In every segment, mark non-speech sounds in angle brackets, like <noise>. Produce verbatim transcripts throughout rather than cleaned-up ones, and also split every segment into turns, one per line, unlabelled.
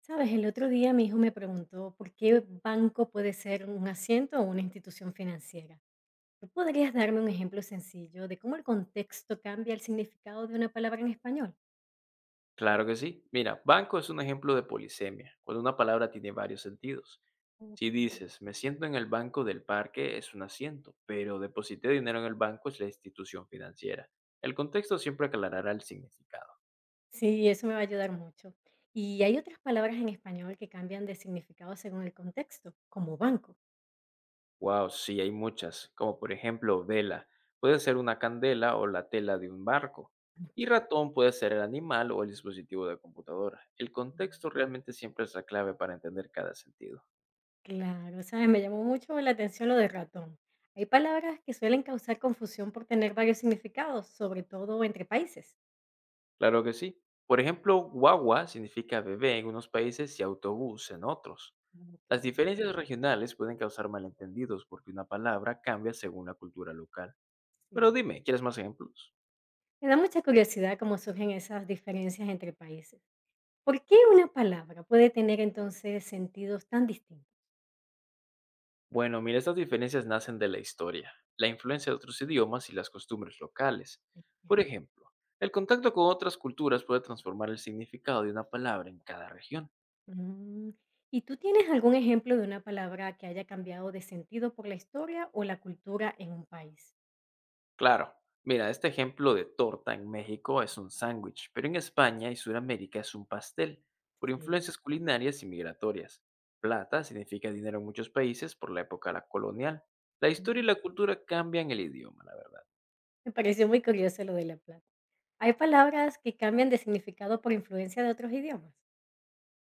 Sabes, el otro día mi hijo me preguntó por qué banco puede ser un asiento o una institución financiera. ¿Tú podrías darme un ejemplo sencillo de cómo el contexto cambia el significado de una palabra en español?
Claro que sí. Mira, banco es un ejemplo de polisemia, cuando una palabra tiene varios sentidos.
Ok.
Si dices, me siento en el banco del parque, es un asiento, pero deposité dinero en el banco es la institución financiera. El contexto siempre aclarará el significado.
Sí, eso me va a ayudar mucho. Y hay otras palabras en español que cambian de significado según el contexto, como banco.
Wow, sí, hay muchas, como por ejemplo vela, puede ser una candela o la tela de un barco. Y ratón puede ser el animal o el dispositivo de computadora. El
Mm,
contexto realmente siempre es la clave para entender cada sentido.
Claro, sabes, me llamó mucho la atención lo de ratón. Hay palabras que suelen causar confusión por tener varios significados, sobre todo entre países.
Claro que sí. Por ejemplo, guagua significa bebé en unos países y autobús en otros.
Ok,
Las diferencias regionales pueden causar malentendidos porque una palabra cambia según la cultura local. Pero
sí.
dime, ¿quieres más ejemplos?
Me da mucha curiosidad cómo surgen esas diferencias entre países. ¿Por qué una palabra puede tener entonces sentidos tan distintos?
Bueno, mira, estas diferencias nacen de la historia, la influencia de otros idiomas y las costumbres locales.
Ujú.
Por ejemplo, el contacto con otras culturas puede transformar el significado de una palabra en cada región.
Mm, ¿Y tú tienes algún ejemplo de una palabra que haya cambiado de sentido por la historia o la cultura en un país?
Claro, mira, este ejemplo de torta en México es un sándwich, pero en España y Sudamérica es un pastel, por
Sí.
influencias culinarias y migratorias. Plata significa dinero en muchos países por la época la colonial. La historia y la
Mm,
cultura cambian el idioma, la verdad.
Me pareció muy curioso lo de la plata. ¿Hay palabras que cambian de significado por influencia de otros idiomas?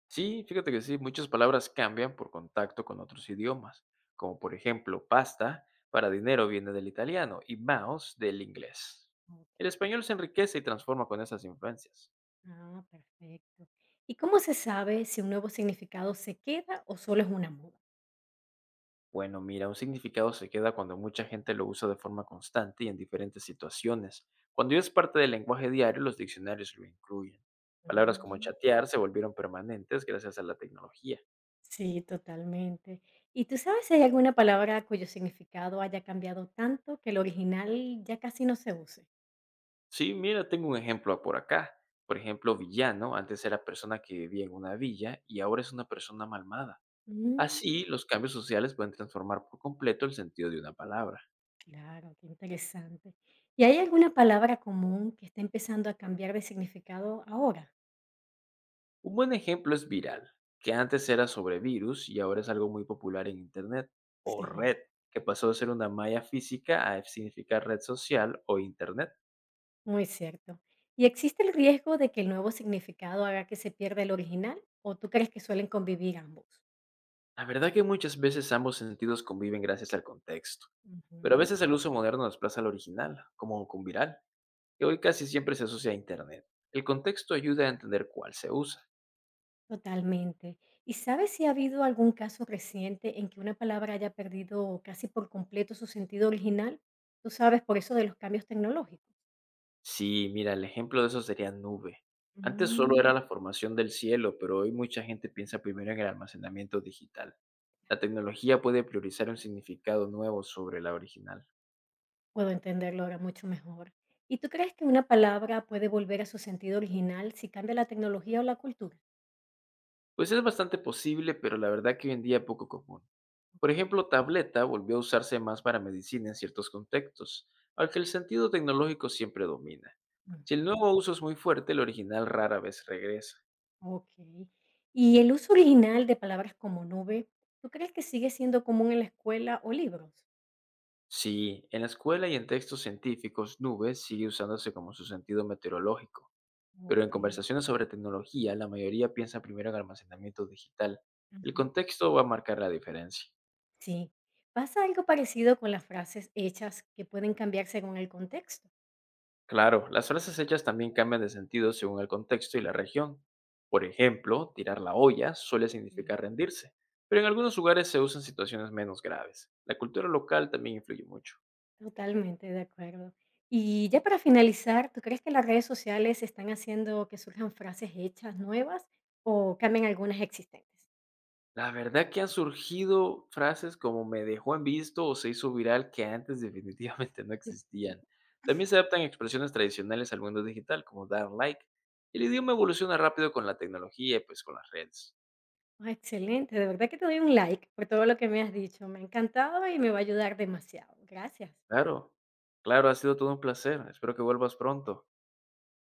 Sí, fíjate que sí, muchas palabras cambian por contacto con otros idiomas, como por ejemplo pasta para dinero viene del italiano y mouse del inglés.
Ok.
El español se enriquece y transforma con esas influencias.
Ah, perfecto. ¿Y cómo se sabe si un nuevo significado se queda o solo es una moda?
Bueno, mira, un significado se queda cuando mucha gente lo usa de forma constante y en diferentes situaciones. Cuando ya es parte del lenguaje diario, los diccionarios lo incluyen. Palabras como
Mm.
chatear se volvieron permanentes gracias a la tecnología.
Sí, totalmente. ¿Y tú sabes si hay alguna palabra cuyo significado haya cambiado tanto que el original ya casi no se use?
Sí, mira, tengo un ejemplo por acá. Por ejemplo, villano antes era persona que vivía en una villa y ahora es una persona malmada.
Mm,
Así, los cambios sociales pueden transformar por completo el sentido de una palabra.
Claro, qué interesante. ¿Y hay alguna palabra común que está empezando a cambiar de significado ahora?
Un buen ejemplo es viral, que antes era sobre virus y ahora es algo muy popular en Internet, o
Sí.
red, que pasó de ser una malla física a significar red social o Internet.
Muy cierto. ¿Y existe el riesgo de que el nuevo significado haga que se pierda el original o tú crees que suelen convivir ambos?
La verdad que muchas veces ambos sentidos conviven gracias al contexto, pero a
Ujú.
veces el uso moderno desplaza al original, como con viral, que hoy casi siempre se asocia a Internet. El contexto ayuda a entender cuál se usa.
Totalmente. ¿Y sabes si ha habido algún caso reciente en que una palabra haya perdido casi por completo su sentido original? Tú sabes, por eso de los cambios tecnológicos.
Sí, mira, el ejemplo de eso sería nube. Antes solo era
Mm,
la formación del cielo, pero hoy mucha gente piensa primero en el almacenamiento digital. La tecnología puede priorizar un significado nuevo sobre la original.
Puedo entenderlo ahora mucho mejor. ¿Y tú crees que una palabra puede volver a su sentido original si cambia la tecnología o la cultura?
Pues es bastante posible, pero la verdad que hoy en día es poco común. Por
Ok.
ejemplo, tableta volvió a usarse más para medicina en ciertos contextos, aunque el sentido tecnológico siempre domina. Si el
Ujú.
nuevo uso es muy fuerte, el original rara vez regresa.
Ok. ¿Y el uso original de palabras como nube, tú crees que sigue siendo común en la escuela o libros?
Sí, en la escuela y en textos científicos, nubes sigue usándose como su sentido meteorológico, pero en
Ok.
conversaciones sobre tecnología, la mayoría piensa primero en almacenamiento digital. El
Ajá.
contexto va a marcar la diferencia.
Sí, pasa algo parecido con las frases hechas que pueden cambiar según el contexto.
Claro, las frases hechas también cambian de sentido según el contexto y la región. Por ejemplo, tirar la olla suele
Sí.
significar rendirse, pero en algunos lugares se usan situaciones menos graves. La cultura local también influye mucho.
Totalmente de acuerdo. Y ya para finalizar, ¿tú crees que las redes sociales están haciendo que surjan frases hechas nuevas o cambien algunas existentes?
La verdad que han surgido frases como "me dejó en visto" o "se hizo viral", que antes <laughs> definitivamente no existían. También se adaptan expresiones tradicionales al mundo digital, como dar like. El idioma evoluciona rápido con la tecnología y pues con las redes.
Ah, excelente, de verdad que te doy un like por todo lo que me has dicho. Me ha encantado y me va a ayudar demasiado. Gracias.
Claro, claro, ha sido todo un placer. Espero que vuelvas pronto.